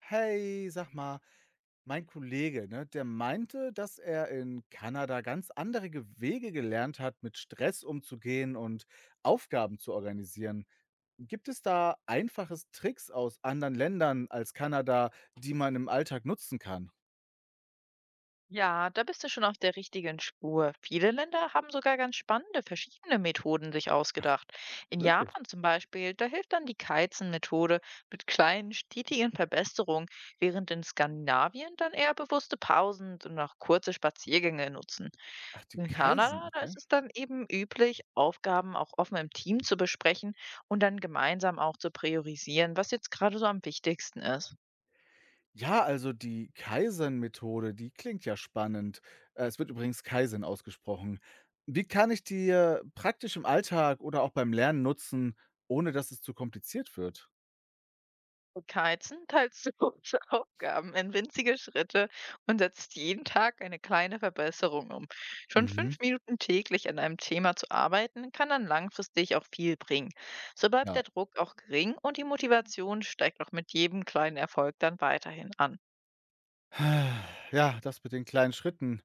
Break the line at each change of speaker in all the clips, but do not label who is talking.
Hey, sag mal, mein Kollege, ne, der meinte, dass er in Kanada ganz andere Wege gelernt hat, mit Stress umzugehen und Aufgaben zu organisieren. Gibt es da einfaches Tricks aus anderen Ländern als Kanada, die man im Alltag nutzen kann?
Ja, da bist du schon auf der richtigen Spur. Viele Länder haben sogar ganz spannende, verschiedene Methoden sich ausgedacht. In
Wirklich?
Japan zum Beispiel, da hilft dann die Kaizen-Methode mit kleinen, stetigen Verbesserungen, während in Skandinavien dann eher bewusste Pausen und auch kurze Spaziergänge nutzen.
Ach, die
In
Kaisen,
Kanada, da ist
okay.
es dann eben üblich, Aufgaben auch offen im Team zu besprechen und dann gemeinsam auch zu priorisieren, was jetzt gerade so am wichtigsten ist.
Ja, also die Kaizen-Methode, die klingt ja spannend. Es wird übrigens Kaizen ausgesprochen. Wie kann ich die praktisch im Alltag oder auch beim Lernen nutzen, ohne dass es zu kompliziert wird?
Und Heizen teilt Sophs Aufgaben in winzige Schritte und setzt jeden Tag eine kleine Verbesserung um. Schon
Mhm,
5 Minuten täglich an einem Thema zu arbeiten, kann dann langfristig auch viel bringen. So bleibt
ja.
der Druck auch gering und die Motivation steigt auch mit jedem kleinen Erfolg dann weiterhin an.
Ah, ja, das mit den kleinen Schritten,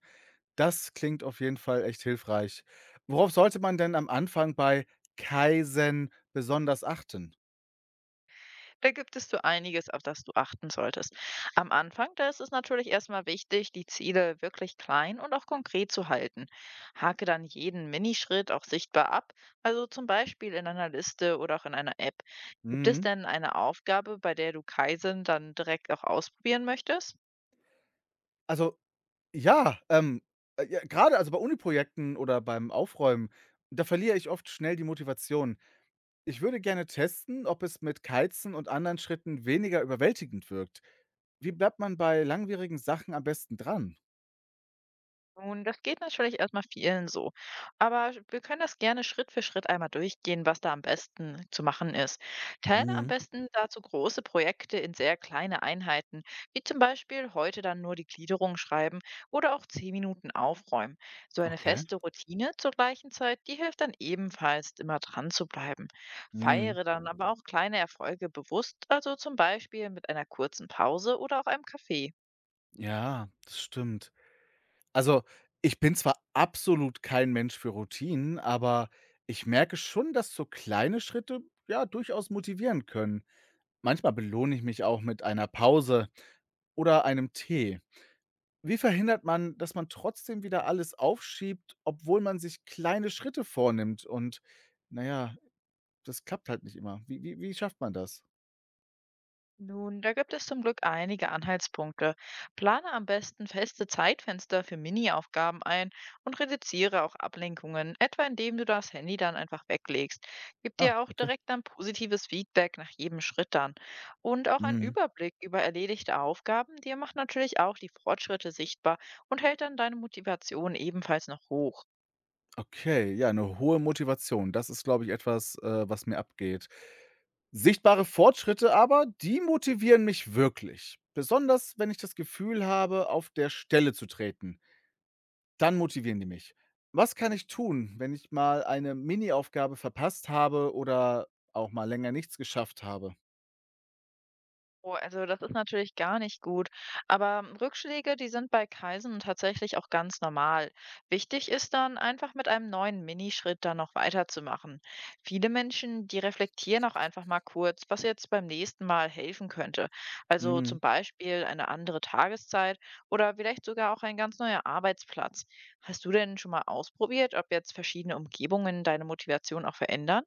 das klingt auf jeden Fall echt hilfreich. Worauf sollte man denn am Anfang bei Kaizen besonders achten?
Da gibt es so einiges, auf das du achten solltest. Am Anfang, da ist es natürlich erstmal wichtig, die Ziele wirklich klein und auch konkret zu halten. Hake dann jeden Minischritt auch sichtbar ab, also zum Beispiel in einer Liste oder auch in einer App. Gibt es
Mhm.
denn eine Aufgabe, bei der du Kaizen dann direkt auch ausprobieren möchtest?
Also, ja, ja, grade also bei Uni-Projekten oder beim Aufräumen, da verliere ich oft schnell die Motivation. Ich würde gerne testen, ob es mit Keizen und anderen Schritten weniger überwältigend wirkt. Wie bleibt man bei langwierigen Sachen am besten dran?
Nun, das geht natürlich erstmal vielen so. Wir können das gerne Schritt für Schritt einmal durchgehen, was da am besten zu machen ist. Teile am
Mhm.
besten dazu große Projekte in sehr kleine Einheiten, wie zum Beispiel heute dann nur die Gliederung schreiben oder auch 10 Minuten aufräumen. So eine
Okay.
feste Routine zur gleichen Zeit, die hilft dann ebenfalls immer dran zu bleiben.
Mhm.
Feiere dann aber auch kleine Erfolge bewusst, also zum Beispiel mit einer kurzen Pause oder auch einem Kaffee.
Ja, das stimmt. Also, ich bin zwar absolut kein Mensch für Routinen, aber ich merke schon, dass so kleine Schritte, ja, durchaus motivieren können. Manchmal belohne ich mich auch mit einer Pause oder einem Tee. Wie verhindert man, dass man trotzdem wieder alles aufschiebt, obwohl man sich kleine Schritte vornimmt und, naja, das klappt halt nicht immer. Wie schafft man das?
Nun, da gibt es zum Glück einige Anhaltspunkte. Plane am besten feste Zeitfenster für Mini-Aufgaben ein und reduziere auch Ablenkungen, etwa indem du das Handy dann einfach weglegst. Gib
Ah,
dir auch
okay.
direkt dann positives Feedback nach jedem Schritt dann. Und auch ein
Mhm.
Überblick über erledigte Aufgaben, dir macht natürlich auch die Fortschritte sichtbar und hält dann deine Motivation ebenfalls noch hoch.
Okay, ja, eine hohe Motivation. Das ist, glaube ich, etwas, was mir abgeht. Sichtbare Fortschritte aber, die motivieren mich wirklich, besonders wenn ich das Gefühl habe, auf der Stelle zu treten. Dann motivieren die mich. Was kann ich tun, wenn ich mal eine Mini-Aufgabe verpasst habe oder auch mal länger nichts geschafft habe?
Oh, also das ist natürlich gar nicht gut. Aber Rückschläge, die sind bei Kaisen tatsächlich auch ganz normal. Wichtig ist dann einfach mit einem neuen Minischritt dann noch weiterzumachen. Viele Menschen, die reflektieren auch einfach mal kurz, was jetzt beim nächsten Mal helfen könnte. Also
Mhm.
zum Beispiel eine andere Tageszeit oder vielleicht sogar auch ein ganz neuer Arbeitsplatz. Hast du denn schon mal ausprobiert, ob jetzt verschiedene Umgebungen deine Motivation auch verändern?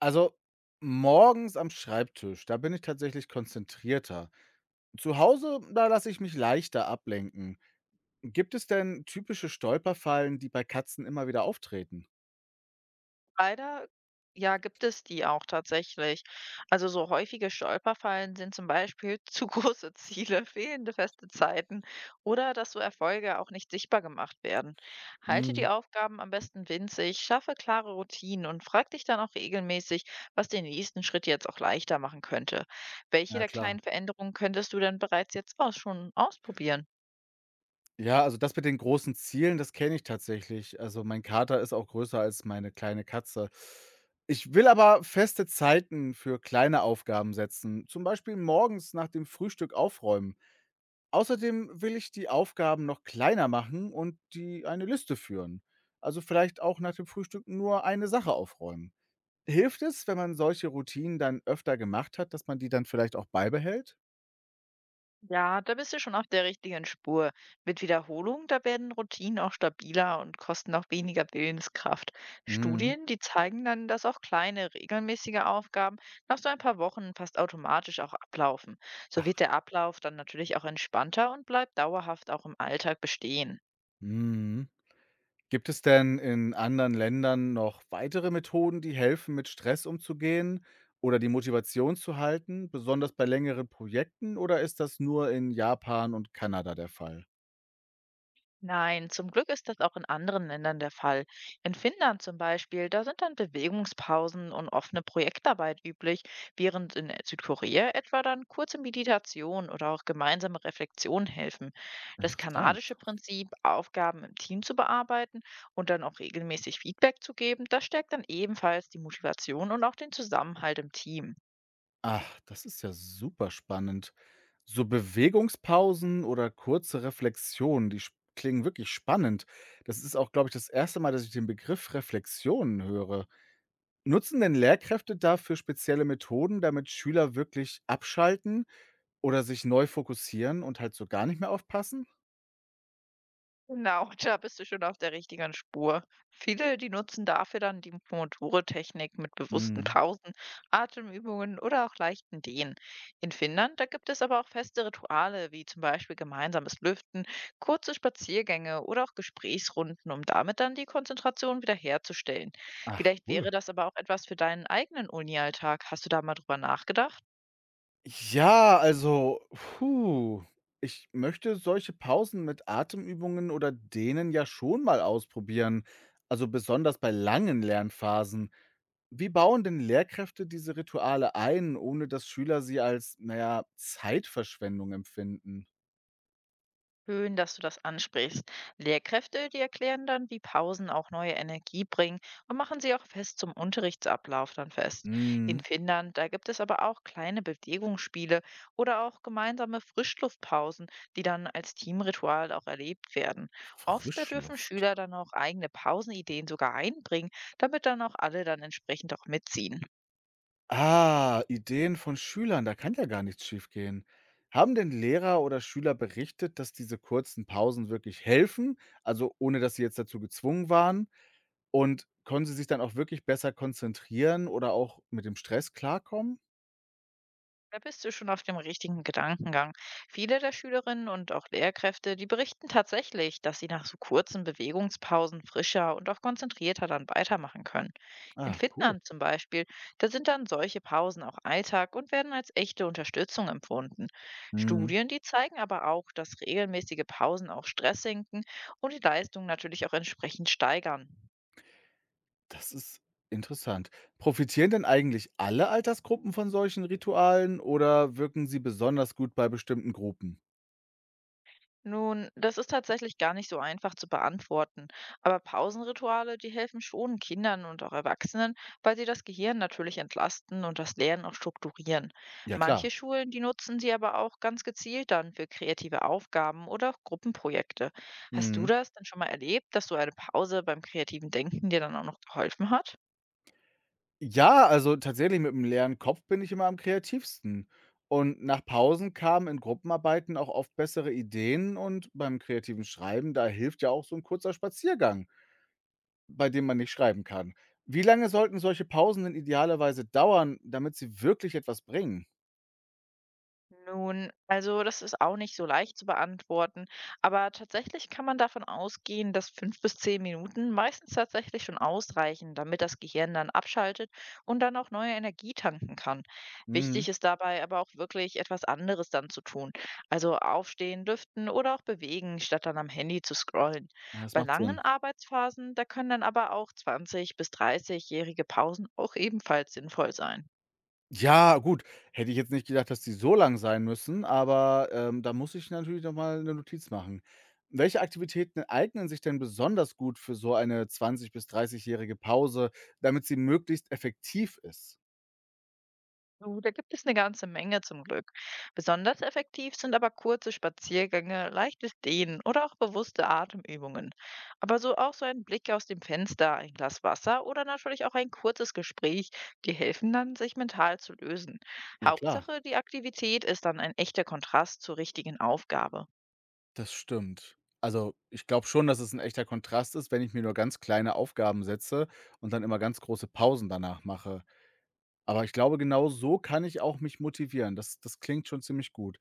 Also morgens am Schreibtisch, da bin ich tatsächlich konzentrierter. Zu Hause, da lasse ich mich leichter ablenken. Gibt es denn typische Stolperfallen, die bei Katzen immer wieder auftreten?
Leider ja, gibt es die auch tatsächlich. Also, so häufige Stolperfallen sind zum Beispiel zu große Ziele, fehlende feste Zeiten oder dass so Erfolge auch nicht sichtbar gemacht werden. Halte die
Mhm.
Aufgaben am besten winzig, schaffe klare Routinen und frag dich dann auch regelmäßig, was den nächsten Schritt jetzt auch leichter machen könnte. Welche
Ja,
der
klar.
kleinen Veränderungen könntest du denn bereits jetzt auch schon ausprobieren?
Ja, also das mit den großen Zielen, das kenne ich tatsächlich. Also, mein Kater ist auch größer als meine kleine Katze. Ich will aber feste Zeiten für kleine Aufgaben setzen, zum Beispiel morgens nach dem Frühstück aufräumen. Außerdem will ich die Aufgaben noch kleiner machen und die eine Liste führen. Also vielleicht auch nach dem Frühstück nur eine Sache aufräumen. Hilft es, wenn man solche Routinen dann öfter gemacht hat, dass man die dann vielleicht auch beibehält?
Ja, da bist du schon auf der richtigen Spur. Mit Wiederholung, da werden Routinen auch stabiler und kosten auch weniger Willenskraft.
Mhm.
Studien, die zeigen dann, dass auch kleine, regelmäßige Aufgaben nach so ein paar Wochen fast automatisch auch ablaufen. So
Ach,
wird der Ablauf dann natürlich auch entspannter und bleibt dauerhaft auch im Alltag bestehen.
mhm. Gibt es denn in anderen Ländern noch weitere Methoden, die helfen, mit Stress umzugehen oder die Motivation zu halten, besonders bei längeren Projekten, oder ist das nur in Japan und Kanada der Fall?
Nein, zum Glück ist das auch in anderen Ländern der Fall. In Finnland zum Beispiel, da sind dann Bewegungspausen und offene Projektarbeit üblich, während in Südkorea etwa dann kurze Meditation oder auch gemeinsame Reflexion helfen. Das
Interessant.
kanadische Prinzip, Aufgaben im Team zu bearbeiten und dann auch regelmäßig Feedback zu geben, das stärkt dann ebenfalls die Motivation und auch den Zusammenhalt im Team.
Ach, das ist ja super spannend. So Bewegungspausen oder kurze Reflexionen, die klingen wirklich spannend. Das ist auch, glaube ich, das erste Mal, dass ich den Begriff Reflexionen höre. Nutzen denn Lehrkräfte dafür spezielle Methoden, damit Schüler wirklich abschalten? Oder sich neu fokussieren und halt so gar nicht mehr aufpassen?
Genau, da bist du schon auf der richtigen Spur. Viele, die nutzen dafür dann die Pomodoro-Technik mit bewussten
Mhm.
Pausen, Atemübungen oder auch leichten Dehnen. In Finnland, da gibt es aber auch feste Rituale, wie zum Beispiel gemeinsames Lüften, kurze Spaziergänge oder auch Gesprächsrunden, um damit dann die Konzentration wiederherzustellen.
Ach,
Vielleicht
cool.
wäre das aber auch etwas für deinen eigenen Uni-Alltag. Hast du da mal drüber nachgedacht?
Ja, also, puh, ich möchte solche Pausen mit Atemübungen oder Dehnen ja schon mal ausprobieren, also besonders bei langen Lernphasen. Wie bauen denn Lehrkräfte diese Rituale ein, ohne dass Schüler sie als, na ja, Zeitverschwendung empfinden?
Schön, dass du das ansprichst. Lehrkräfte, die erklären dann, wie Pausen auch neue Energie bringen und machen sie auch fest zum Unterrichtsablauf dann fest. In
Mhm.
Finnland, da gibt es aber auch kleine Bewegungsspiele oder auch gemeinsame Frischluftpausen, die dann als Teamritual auch erlebt werden. Oft da dürfen
Frischluft.
Schüler dann auch eigene Pausenideen sogar einbringen, damit dann auch alle dann entsprechend auch mitziehen.
Ah, Ideen von Schülern, da kann ja gar nichts schiefgehen. Haben denn Lehrer oder Schüler berichtet, dass diese kurzen Pausen wirklich helfen, also ohne dass sie jetzt dazu gezwungen waren? Und konnten sie sich dann auch wirklich besser konzentrieren oder auch mit dem Stress klarkommen?
Da bist du schon auf dem richtigen Gedankengang. Viele der Schülerinnen und auch Lehrkräfte, die berichten tatsächlich, dass sie nach so kurzen Bewegungspausen frischer und auch konzentrierter dann weitermachen können. In
Ah, cool.
Finnland zum Beispiel, da sind dann solche Pausen auch Alltag und werden als echte Unterstützung empfunden.
Mhm.
Studien, die zeigen aber auch, dass regelmäßige Pausen auch Stress senken und die Leistung natürlich auch entsprechend steigern.
Das ist interessant. Profitieren denn eigentlich alle Altersgruppen von solchen Ritualen oder wirken sie besonders gut bei bestimmten Gruppen?
Nun, das ist tatsächlich gar nicht so einfach zu beantworten. Aber Pausenrituale, die helfen schon Kindern und auch Erwachsenen, weil sie das Gehirn natürlich entlasten und das Lernen auch strukturieren.
Ja, klar.
Manche Schulen, die nutzen sie aber auch ganz gezielt dann für kreative Aufgaben oder auch Gruppenprojekte. Hast du
Mhm.
das denn schon mal erlebt, dass so eine Pause beim kreativen Denken dir dann auch noch geholfen hat?
Ja, also tatsächlich mit einem leeren Kopf bin ich immer am kreativsten. Und nach Pausen kamen in Gruppenarbeiten auch oft bessere Ideen, und beim kreativen Schreiben, da hilft ja auch so ein kurzer Spaziergang, bei dem man nicht schreiben kann. Wie lange sollten solche Pausen denn idealerweise dauern, damit sie wirklich etwas bringen?
Nun, also das ist auch nicht so leicht zu beantworten, aber tatsächlich kann man davon ausgehen, dass 5 bis 10 Minuten meistens tatsächlich schon ausreichen, damit das Gehirn dann abschaltet und dann auch neue Energie tanken kann.
Mhm.
Wichtig ist dabei aber auch wirklich etwas anderes dann zu tun, also aufstehen, lüften oder auch bewegen, statt dann am Handy zu scrollen.
Ja, das
Bei
macht Sinn.
langen Arbeitsphasen, da können dann aber auch zwanzig bis 30-jährige Pausen auch ebenfalls sinnvoll sein.
Ja, gut, hätte ich jetzt nicht gedacht, dass die so lang sein müssen, aber, da muss ich natürlich noch mal 'ne Notiz machen. Welche Aktivitäten eignen sich denn besonders gut für so eine 20- bis 30-jährige Pause, damit sie möglichst effektiv ist?
Du, da gibt es eine ganze Menge zum Glück. Besonders effektiv sind aber kurze Spaziergänge, leichtes Dehnen oder auch bewusste Atemübungen. Aber so auch so ein Blick aus dem Fenster, ein Glas Wasser oder natürlich auch ein kurzes Gespräch, die helfen dann, sich mental zu lösen.
Ja klar,
Hauptsache, die Aktivität ist dann ein echter Kontrast zur richtigen Aufgabe.
das stimmt. Also, ich glaube schon, dass es ein echter Kontrast ist, wenn ich mir nur ganz kleine Aufgaben setze und dann immer ganz große Pausen danach mache. Aber ich glaube, genau so kann ich auch mich motivieren. Das klingt schon ziemlich gut.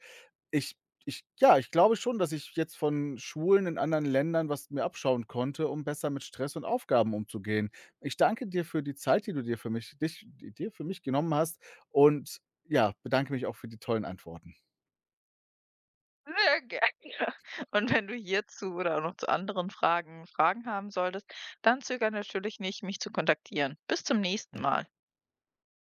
Ich ich ja, ich glaube schon, dass ich jetzt von Schulen in anderen Ländern was mir abschauen konnte, um besser mit Stress und Aufgaben umzugehen. Ich danke dir für die Zeit, die du dir für mich genommen hast und, ja, bedanke mich auch für die tollen Antworten.
Sehr gerne. Und wenn du hierzu oder auch noch zu anderen Fragen haben solltest, dann zögere natürlich nicht, mich zu kontaktieren. Bis zum nächsten
Ja.
Mal.